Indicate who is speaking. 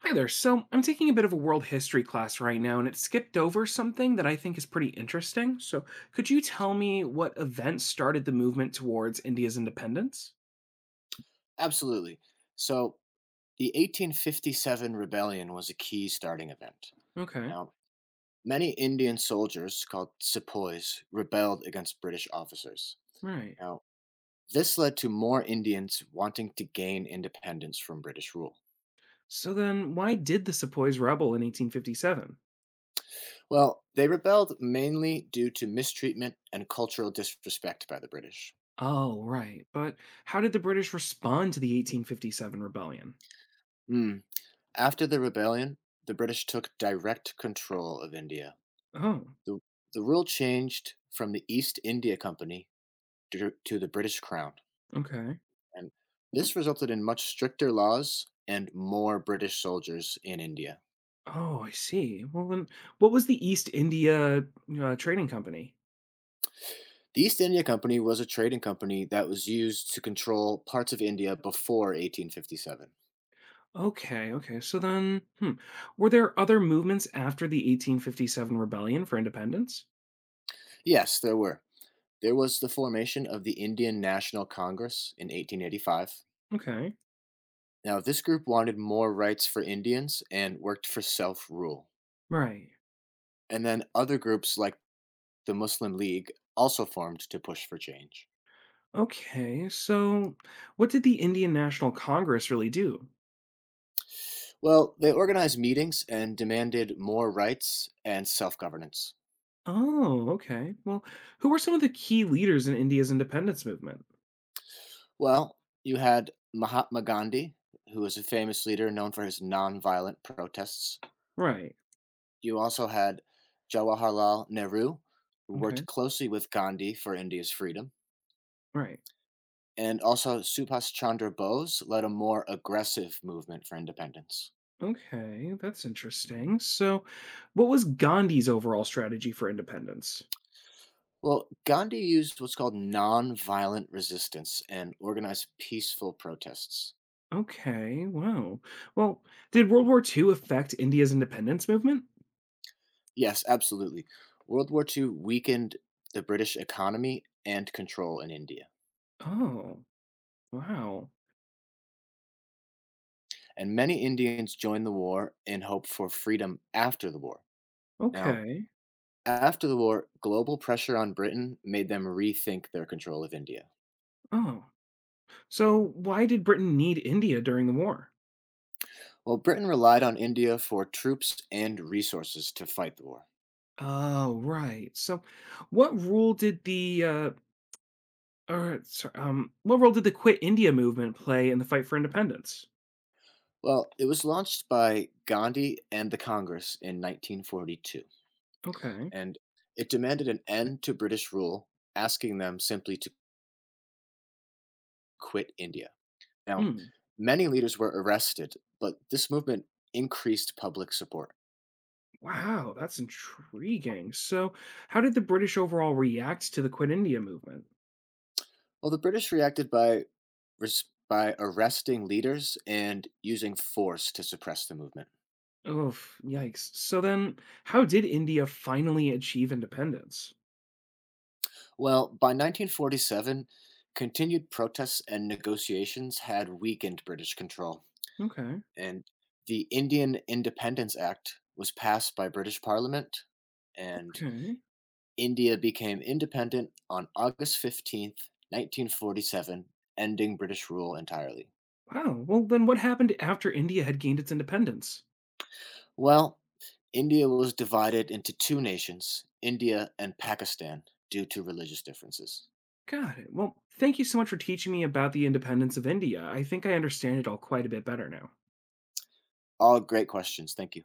Speaker 1: Hi there. So I'm taking a bit of a world history class right now, and it skipped over something that I think is pretty interesting. So could you tell me what event started the movement towards India's independence?
Speaker 2: Absolutely. So, the 1857 rebellion was a key starting event.
Speaker 1: Okay,
Speaker 2: Now, many Indian soldiers called sepoys rebelled against British officers.
Speaker 1: right.
Speaker 2: Now, this led to more Indians wanting to gain independence from British rule.
Speaker 1: So then why did the Sepoys rebel in 1857?
Speaker 2: Well, they rebelled mainly due to mistreatment and cultural disrespect by the British.
Speaker 1: Oh, right. But how did the British respond to the 1857 rebellion?
Speaker 2: Hmm. After the rebellion, the British took direct control of India.
Speaker 1: Oh,
Speaker 2: The, the rule changed from the East India Company to the British Crown,
Speaker 1: okay.
Speaker 2: and this resulted in much stricter laws and more British soldiers in India.
Speaker 1: Oh, I see. Well, then what was the East India Trading Company?
Speaker 2: The East India Company was a trading company that was used to control parts of India before 1857.
Speaker 1: Okay, okay. So then, Were there other movements after the 1857 rebellion for independence?
Speaker 2: Yes, there were. There was the formation of the Indian National Congress in 1885.
Speaker 1: Okay.
Speaker 2: Now, this group wanted more rights for Indians and worked for self rule.
Speaker 1: Right.
Speaker 2: And then other groups like the Muslim League also formed to push for change.
Speaker 1: Okay. So, what did the Indian National Congress really do?
Speaker 2: Well, they organized meetings and demanded more rights and self governance.
Speaker 1: Oh, okay. Well, who were some of the key leaders in India's independence movement?
Speaker 2: Well, you had Mahatma Gandhi, who was a famous leader known for his nonviolent protests.
Speaker 1: Right.
Speaker 2: You also had Jawaharlal Nehru, who
Speaker 1: Okay.
Speaker 2: worked closely with Gandhi for India's freedom.
Speaker 1: Right.
Speaker 2: And also Subhas Chandra Bose led a more aggressive movement for independence.
Speaker 1: Okay. That's interesting. So, what was Gandhi's overall strategy for independence?
Speaker 2: Well, Gandhi used what's called nonviolent resistance and organized peaceful protests.
Speaker 1: Okay. Wow. Well, did World War II affect India's independence movement?
Speaker 2: Yes, absolutely. World War II weakened the British economy and control in India,
Speaker 1: Oh, wow.
Speaker 2: and many Indians joined the war in hope for freedom after the war. Now,
Speaker 1: Okay.
Speaker 2: after the war, global pressure on Britain made them rethink their control of India.
Speaker 1: Oh. So why did Britain need India during the war?
Speaker 2: Well, Britain relied on India for troops and resources to fight the war.
Speaker 1: Oh, right. So what role did the what role did the Quit India movement play in the fight for independence?
Speaker 2: Well, it was launched by Gandhi and the Congress in 1942,
Speaker 1: Okay.
Speaker 2: and it demanded an end to British rule, asking them simply to quit India. Now,
Speaker 1: Mm.
Speaker 2: many leaders were arrested, but this movement increased public support.
Speaker 1: Wow, that's intriguing. So how did the British overall react to the Quit India movement?
Speaker 2: Well, the British reacted by by arresting leaders and using force to suppress the movement.
Speaker 1: Oh, yikes. So then how did India finally achieve independence?
Speaker 2: Well, by 1947, continued protests and negotiations had weakened British control,
Speaker 1: Okay.
Speaker 2: and the Indian Independence Act was passed by British Parliament, and
Speaker 1: Okay.
Speaker 2: India became independent on August 15th, 1947, ending British rule entirely.
Speaker 1: Wow. Well, then what happened after India had gained its independence?
Speaker 2: Well, India was divided into 2 nations, India and Pakistan, due to religious differences.
Speaker 1: Got it. Well, thank you so much for teaching me about the independence of India. I think I understand it all quite a bit better now.
Speaker 2: All great questions. Thank you.